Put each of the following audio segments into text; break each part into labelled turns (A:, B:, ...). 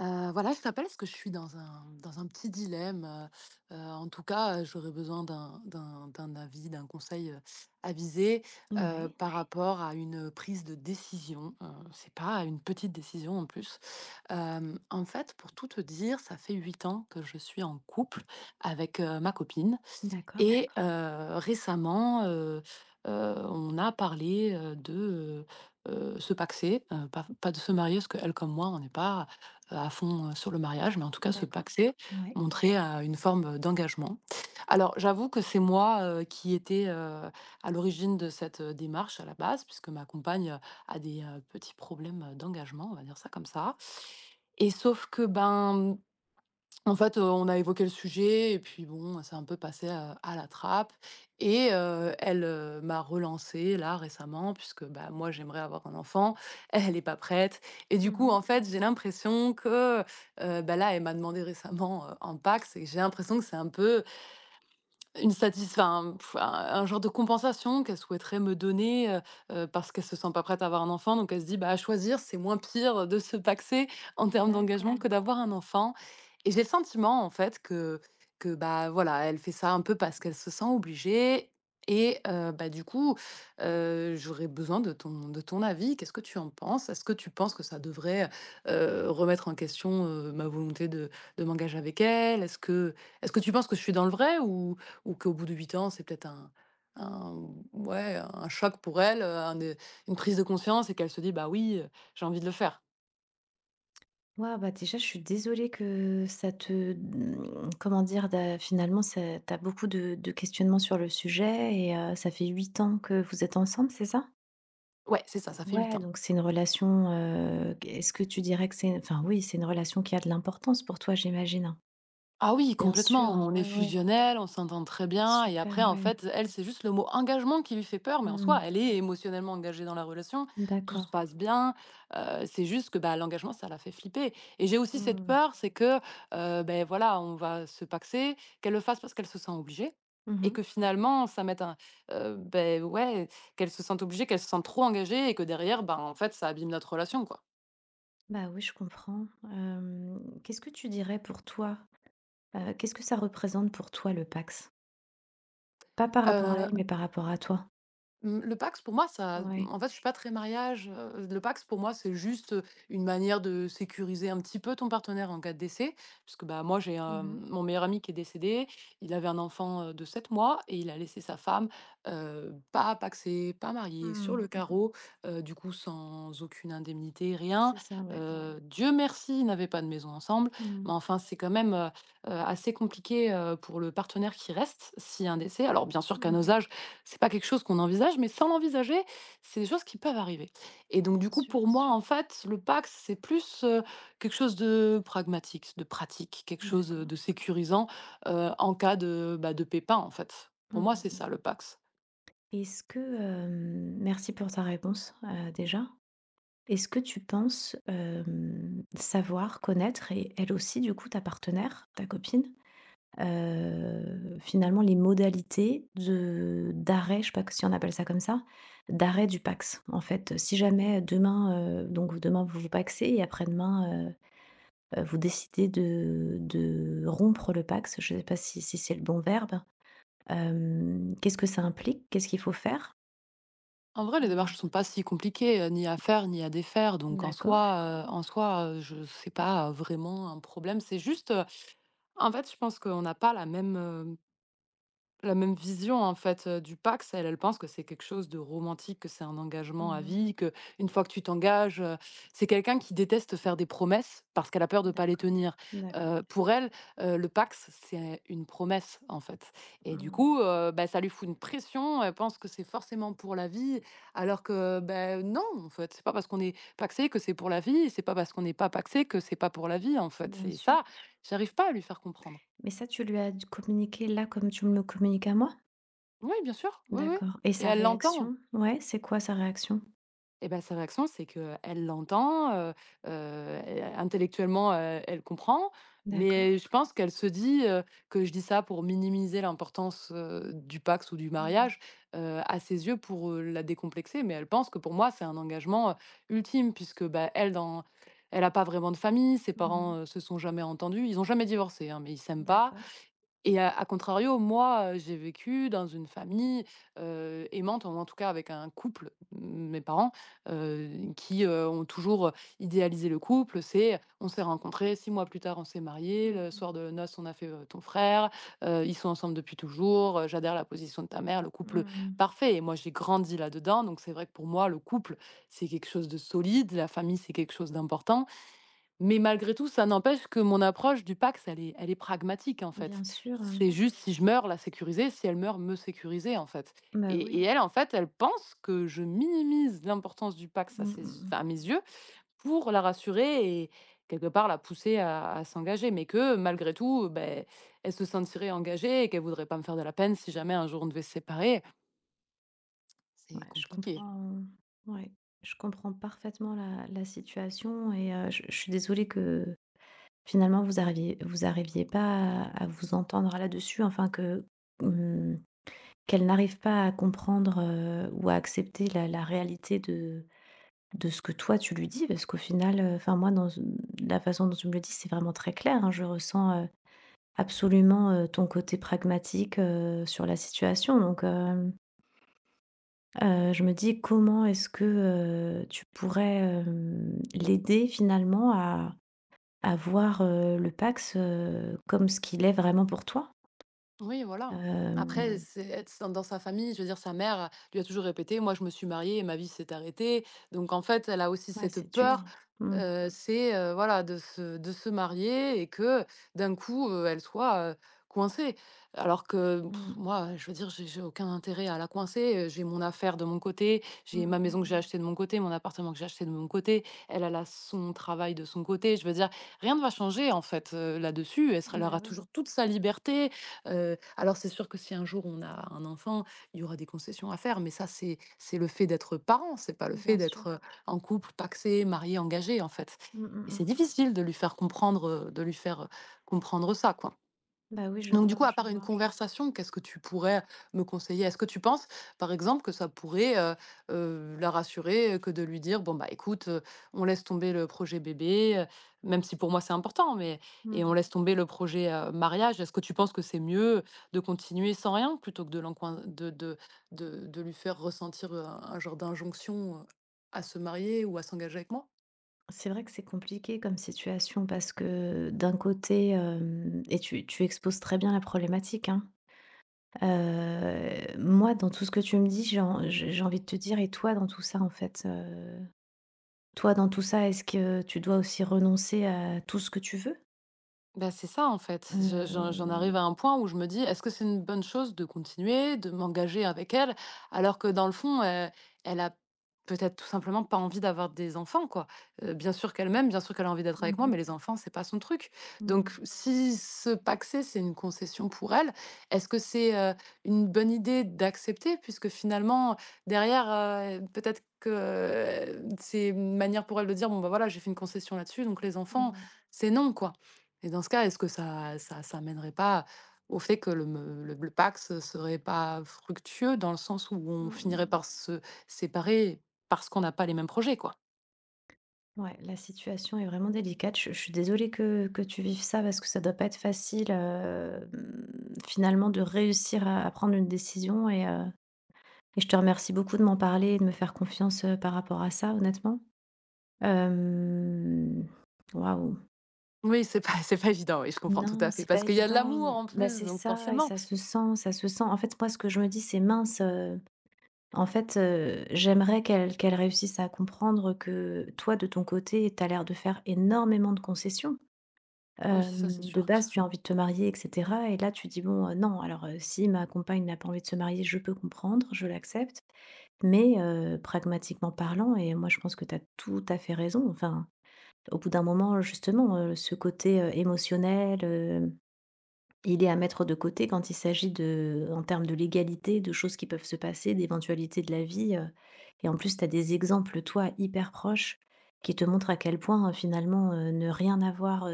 A: Voilà, je t'appelle parce que je suis dans un petit dilemme, en tout cas, j'aurais besoin d'un avis, d'un conseil, avisé,
B: Ouais,
A: par rapport à une prise de décision. C'est pas une petite décision en plus. En fait, pour tout te dire, ça fait 8 ans que je suis en couple avec ma copine.
B: d'accord,
A: Et d'accord. Récemment, on a parlé de, se paxer, pas de se marier parce qu'elle comme moi, on n'est pas, à fond, sur le mariage, mais en tout cas se
B: d'accord,
A: paxer,
B: ouais.
A: montrer une forme d'engagement. Alors j'avoue que c'est moi, qui étais, à l'origine de cette démarche à la base puisque ma compagne a des petits problèmes d'engagement, on va dire ça comme ça. Et sauf que, ben, en fait, on a évoqué le sujet et puis bon, c'est un peu passé à la trappe. Et elle m'a relancée là récemment puisque, bah, moi j'aimerais avoir un enfant, elle est pas prête. Et du coup,
B: Mmh.
A: en fait, j'ai l'impression que, bah, là, elle m'a demandé récemment un Pacs et j'ai l'impression que c'est un peu une satisf enfin, un genre de compensation qu'elle souhaiterait me donner, parce qu'elle se sent pas prête à avoir un enfant. Donc elle se dit: «Bah, à choisir, c'est moins pire de se paxer en termes d'engagement
B: D'accord.
A: que d'avoir un enfant». Et j'ai le sentiment, en fait, que, bah, voilà, elle fait ça un peu parce qu'elle se sent obligée. Et bah, du coup, j'aurais besoin de ton avis. Qu'est-ce que tu en penses? Est-ce que tu penses que ça devrait remettre en question ma volonté de m'engager avec elle? Est-ce que tu penses que je suis dans le vrai, ou qu'au bout de 8 ans, c'est peut-être un ouais, un choc pour elle, une prise de conscience et qu'elle se dit: «Bah oui, j'ai envie de le faire».
B: Waouh, bah, déjà, je suis désolée que ça te comment dire? D'a finalement, ça tu beaucoup de questionnements sur le sujet et ça fait 8 ans que vous êtes ensemble, c'est ça?
A: Ouais, c'est ça, ça fait 8
B: Ouais,
A: ans.
B: donc c'est une relation, est-ce que tu dirais que c'est enfin, oui, c'est une relation qui a de l'importance pour toi, j'imagine, hein?
A: Ah oui,
B: Bien
A: complètement,
B: sûr,
A: on est
B: ouais, ouais,
A: fusionnel, on s'entend très bien. Et
B: super,
A: après, en
B: ouais.
A: fait, elle, c'est juste le mot engagement qui lui fait peur, mais en soi,
B: Mmh,
A: elle est émotionnellement engagée dans la relation, tout se
B: d'accord.
A: passe bien. C'est juste que, bah, l'engagement, ça la fait flipper. Et j'ai aussi cette
B: Mmh.
A: peur, c'est que, voilà, on va se pacsé, qu'elle le fasse parce qu'elle se sent obligée et
B: Mmh.
A: que finalement ça mette un, ouais, qu'elle se sente obligée, qu'elle se sente trop engagée et que derrière, ben, en fait, ça abîme notre relation, quoi.
B: Bah oui, je comprends. Qu'est-ce que tu dirais pour toi, qu'est-ce que ça représente pour toi le PAX? Pas par rapport à
A: Heu
B: elle, mais par rapport à toi?
A: Mmh, le PAX, pour moi ça...
B: Ouais.
A: En fait, je suis pas très mariage. Le PAX, pour moi, c'est juste, une manière de sécuriser un petit peu ton partenaire en cas de décès. Parce que, bah, moi j'ai,
B: Mmh mh.
A: mon meilleur ami qui est décédé. Il avait un enfant de 7 mois et il a laissé sa femme pas PAXée, pas mariée, sur le
B: Mmh.
A: carreau, du coup sans aucune indemnité, rien.
B: C'est ça, ouais, ouais.
A: Dieu merci, ils n'avaient pas de maison ensemble,
B: Mmh.
A: mais enfin c'est quand même, assez compliqué pour le partenaire qui reste si un décès. Alors bien sûr qu'à nos
B: Mmh.
A: âges, c'est pas quelque chose qu'on envisage, mais sans l'envisager, c'est des choses qui peuvent arriver. Et donc
B: Bien
A: du coup,
B: sûr.
A: pour moi, en fait, le Pacs, c'est plus quelque chose de pragmatique, de pratique, quelque chose
B: D'accord.
A: de sécurisant, en cas de, bah, de pépin, en fait. Pour
B: Mmh
A: moi,
B: mh
A: c'est
B: mh.
A: ça, le Pacs.
B: Est-ce que, hem merci pour ta réponse, déjà. Est-ce que tu penses, savoir, connaître et elle aussi du coup ta partenaire, ta copine, finalement les modalités de d'arrêt, je sais pas que si on appelle ça comme ça, d'arrêt du PAX. En fait, si jamais demain, donc demain vous vous PAXez et après-demain, vous décidez de rompre le PAX, je sais pas si c'est le bon verbe. Qu'est-ce que ça implique? Qu'est-ce qu'il faut faire?
A: En vrai, les
B: Heu,
A: démarches ne sont pas si compliquées, ni à faire ni à défaire, donc en
B: d'accord.
A: soi, heu, en soi, heu, je sais pas vraiment un problème. C'est juste, en fait, je pense qu'on n'a pas la même vision, en fait, du PAX. Elle, elle pense que c'est quelque chose de romantique, que c'est un engagement à
B: Mmh.
A: vie, que une fois que tu t'engages, c'est quelqu'un qui déteste faire des promesses parce qu'elle a peur de pas les
B: D'accord,
A: tenir.
B: d'accord.
A: Pour elle, le PAX, c'est une promesse, en fait. Et du
B: Mmh.
A: coup, bah, ça lui fout une pression. Elle pense que c'est forcément pour la vie alors que, ben non, en fait, c'est pas parce qu'on est PAXé que c'est pour la vie et c'est pas parce qu'on n'est pas PAXé que c'est pas pour la vie, en fait.
B: Bien
A: C'est
B: sûr.
A: ça, j'arrive pas à lui faire comprendre.
B: Mais ça, tu lui as communiqué là comme tu me le communiques à moi?
A: Oui, bien sûr, oui, oui,
B: D'accord, et
A: et
B: sa
A: elle l'entend.
B: réaction? Ouais, c'est quoi sa réaction?
A: Et ben sa réaction, c'est qu'elle l'entend, et intellectuellement, elle comprend,
B: D'accord.
A: mais je pense qu'elle se dit, que je dis ça pour minimiser l'importance du Pacs ou du
B: Mmh
A: mariage,
B: mh.
A: à ses yeux pour la décomplexer. Mais elle pense que pour moi, c'est un engagement ultime puisque, bah, elle a pas vraiment de famille. Ses parents,
B: Mmh.
A: se sont jamais entendus. Ils ont jamais divorcé, hein, mais ils s'aiment pas.
B: D'accord.
A: Et à contrario, moi, j'ai vécu dans une famille aimante, ou en tout cas avec un couple, mes parents, heu, qui, ont toujours idéalisé le couple. C'est: on s'est rencontrés, 6 mois plus tard, on s'est mariés,
B: Mmh
A: le
B: mh.
A: soir de noces, on a fait, ton frère, ils sont ensemble depuis toujours, j'adhère à la position de ta mère, le couple
B: Mmh.
A: parfait. Et moi, j'ai grandi là-dedans, donc c'est vrai que pour moi, le couple, c'est quelque chose de solide, la famille, c'est quelque chose d'important. Mais malgré tout, ça n'empêche que mon approche du Pacs, elle est pragmatique, en fait.
B: Bien sûr,
A: C'est juste, si je meurs, la sécuriser, si elle meurt, me sécuriser, en fait.
B: bah,
A: Et
B: oui.
A: elle, en fait, elle pense que je minimise l'importance du Pacs à
B: Mmh mh
A: ses, enfin, à
B: mh.
A: mes yeux, pour la rassurer et quelque part la pousser à s'engager. Mais que malgré tout, beh, elle se sentirait engagée et qu'elle voudrait pas me faire de la peine si jamais un jour on devait se séparer. C'est
B: Ouais, je
A: compliqué.
B: comprends, mmh. Ouais, je comprends parfaitement la situation et je suis désolée que, finalement, vous arriviez pas à vous entendre là-dessus, enfin que, mmh, qu'elle n'arrive pas à comprendre, ou à accepter la réalité de ce que toi tu lui dis, parce qu'au final, enfin moi dans la façon dont tu me le dis, c'est vraiment très clair, hein. Je ressens, absolument, ton côté pragmatique, sur la situation. Donc, je me dis comment est-ce que, tu pourrais, l'aider finalement à voir, le Pacs, comme ce qu'il est vraiment pour toi?
A: Oui, voilà.
B: Hem,
A: Après, c'est être s dans sa famille, je veux dire, sa mère lui a toujours répété: «Moi, je me suis mariée et ma vie s'est arrêtée». Donc en fait, elle a aussi
B: ouais,
A: cette
B: c'est
A: peur,
B: dur. Mmh.
A: voilà, de se marier et que d'un coup, elle soit, coincée. Alors que
B: Mmh.
A: pff, moi, je veux dire, j'ai aucun intérêt à la coincer, j'ai mon affaire de mon côté, j'ai
B: Mmh,
A: ma
B: mmh,
A: maison que j'ai
B: mmh.
A: achetée de mon côté, mon appartement que j'ai acheté de mon côté. Elle, elle a son travail de son côté. Je veux dire, rien ne va changer, en fait, là-dessus. Elle
B: Bah
A: aura
B: oui,
A: toujours toute sa liberté. Alors c'est sûr que si un jour on a un enfant, il y aura des concessions à faire, mais ça, c'est le fait d'être parent, c'est pas le fait
B: bien sûr.
A: d'être en couple, pacsé, marié, engagé, en fait.
B: Mmh, mmh,
A: Et
B: mmh.
A: c'est difficile de lui faire comprendre, comprendre ça, quoi.
B: Bah oui, je
A: Donc du
B: vois,
A: coup, à
B: je
A: part une
B: vois.
A: conversation, qu'est-ce que tu pourrais me conseiller? Est-ce que tu penses, par exemple, que ça pourrait, la rassurer, que de lui dire: «Bon, bah, écoute, on laisse tomber le projet bébé», même si pour moi c'est important, mais et on
B: Mmh.
A: laisse tomber le projet, mariage. Est-ce que tu penses que c'est mieux de continuer sans rien plutôt que de l'encoin de lui faire ressentir, un genre d'injonction, à se marier ou à s'engager avec moi?
B: C'est vrai que c'est compliqué comme situation parce que d'un côté, hem et tu exposes très bien la problématique, hein. Moi, dans tout ce que tu me dis, j'ai en j'ai j'ai envie de te dire: «Et toi dans tout ça, en fait?» Toi dans tout ça, est-ce que tu dois aussi renoncer à tout ce que tu veux?
A: Bah, c'est ça, en fait. Je j'en j'en arrive
B: Hem,
A: à un point où je me dis: «Est-ce que c'est une bonne chose de continuer, de m'engager avec elle?» alors que dans le fond, elle a peut-être tout simplement pas envie d'avoir des enfants, quoi. Bien sûr qu'elle m'aime, bien sûr qu'elle a envie d'être avec
B: mmh
A: moi, mais
B: mh.
A: les enfants, c'est pas son truc. Donc
B: Mmh.
A: si se paxer, c'est une concession pour elle, est-ce que c'est une bonne idée d'accepter? Puisque finalement, derrière, peut-être que, c'est une manière pour elle de dire: «Bon, bah, voilà, j'ai fait une concession là-dessus, donc les enfants,
B: Mmh.
A: c'est non», quoi. Et dans ce cas, est-ce que ça mènerait pas au fait que le me le PACS serait pas fructueux, dans le sens où on finirait
B: Mmh.
A: par se séparer parce qu'on n'a pas les mêmes projets, quoi?
B: Ouais, la situation est vraiment délicate. Je suis désolée que, tu vives ça parce que ça doit pas être facile, finalement, de réussir à prendre une décision, et je te remercie beaucoup de m'en parler et de me faire confiance, par rapport à ça, honnêtement. Euh, Waouh.
A: Oui, c'est pas c'est pas évident, oui, je comprends tout
B: Non,
A: à fait,
B: c'est pas
A: parce qu'il y a de
B: évident.
A: l'amour en
B: Bah,
A: plus,
B: c'est
A: donc
B: ça, et
A: forcément.
B: ça se sent, ça se sent. En fait, moi, ce que je me dis, c'est mince. En fait, j'aimerais qu'elle réussisse à comprendre que toi, de ton côté, tu as l'air de faire énormément de concessions.
A: Oui, ça c'est
B: De
A: sûr.
B: base, tu as envie de te marier et cetera, et là, tu dis: «Bon, non». Alors, si ma compagne n'a pas envie de se marier, je peux comprendre, je l'accepte, mais, pragmatiquement parlant, et moi, je pense que tu as tout à fait raison, enfin, au bout d'un moment, justement, ce côté, émotionnel, il est à mettre de côté quand il s'agit de en termes de légalité, de choses qui peuvent se passer, d'éventualités de la vie, et en plus, tu as des exemples, toi, hyper proches qui te montrent à quel point, finalement, ne rien avoir,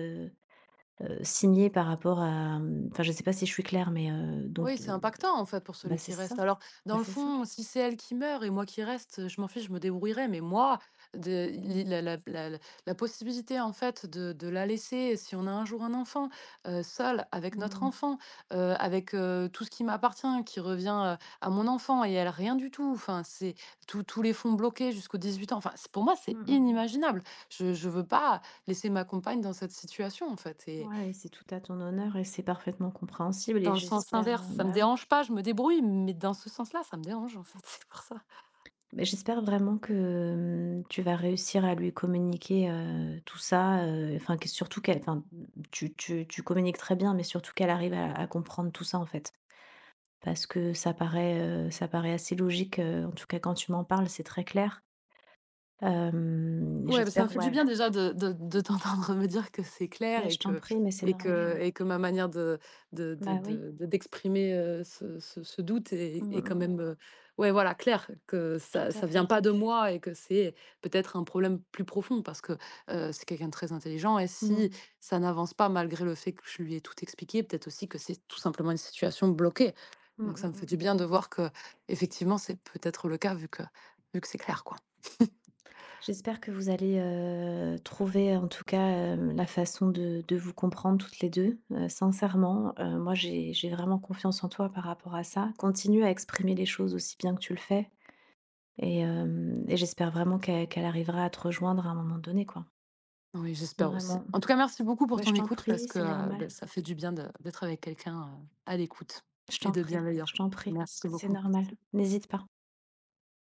B: signer par rapport à, enfin, je sais pas si je suis claire, mais, donc
A: Oui, c'est
B: de
A: impactant, en fait, pour
B: bah,
A: celui
B: c'est
A: qui reste.
B: ça.
A: Alors, dans
B: Bah,
A: le
B: c'est ça.
A: fond, si c'est elle qui meurt et moi qui reste, je m'en fiche, je me débrouillerai. Mais moi, de
B: Mmh.
A: li la la la la la possibilité, en fait, de la laisser, si on a un jour un enfant, seule avec notre
B: Mmh.
A: enfant, avec tout ce qui m'appartient, qui revient à mon enfant et elle, rien du tout. Enfin, c'est tous les fonds bloqués jusqu'aux 18 ans. Enfin, c'est, pour moi, c'est
B: Mmh mh mh.
A: inimaginable. Je veux pas laisser ma compagne dans cette situation, en fait.
B: Ouais, c'est tout à ton honneur et c'est parfaitement compréhensible, et
A: Dans le sens
B: j'espère,
A: inverse, ça me
B: bah, oui.
A: dérange pas, je me débrouille, mais dans ce sens-là, ça me dérange, en fait, c'est pour ça.
B: Mais j'espère vraiment que, tu vas réussir à lui communiquer, tout ça, enfin, que surtout qu'elle enfin, tu communiques très bien, mais surtout qu'elle arrive à comprendre tout ça, en fait. Parce que ça paraît assez logique, en tout cas quand tu m'en parles, c'est très clair. Hem,
A: Ouais, bah, ça me
B: j'espère,
A: fait du
B: ouais.
A: bien déjà de t'entendre me dire que c'est clair,
B: Mais
A: et
B: je t'en
A: que
B: prie, mais c'est
A: et que
B: normal.
A: et que ma manière
B: Bah oui,
A: de d'exprimer, ce doute est
B: mmh
A: est quand
B: mh.
A: même, ouais, voilà, claire, que
B: Tout
A: ça
B: à
A: ne vient
B: fait.
A: pas de moi et que c'est peut-être un problème plus profond parce que, c'est quelqu'un de très intelligent. Et si
B: Mmh.
A: ça n'avance pas malgré le fait que je lui ai tout expliqué, peut-être aussi que c'est tout simplement une situation bloquée.
B: Mmh
A: Donc ça
B: mh
A: me fait
B: mh.
A: du bien de voir que effectivement c'est peut-être le cas vu que c'est clair, quoi.
B: J'espère que vous allez, trouver, en tout cas, la façon de vous comprendre toutes les deux, sincèrement. Moi, j'ai vraiment confiance en toi par rapport à ça. Continue à exprimer les choses aussi bien que tu le fais, et j'espère vraiment qu'elle arrivera à te rejoindre à un moment donné, quoi.
A: Oui, j'espère aussi.
B: Vraiment.
A: En tout cas, merci beaucoup pour
B: Bah, je
A: ton
B: t'en
A: écoute
B: prie,
A: parce que,
B: c'est normal.
A: bah, ça fait du bien de d'être avec quelqu'un à l'écoute
B: Je
A: et
B: t'en
A: de
B: prie,
A: bienveillant.
B: je t'en prie.
A: Merci
B: C'est
A: beaucoup.
B: normal. N'hésite pas.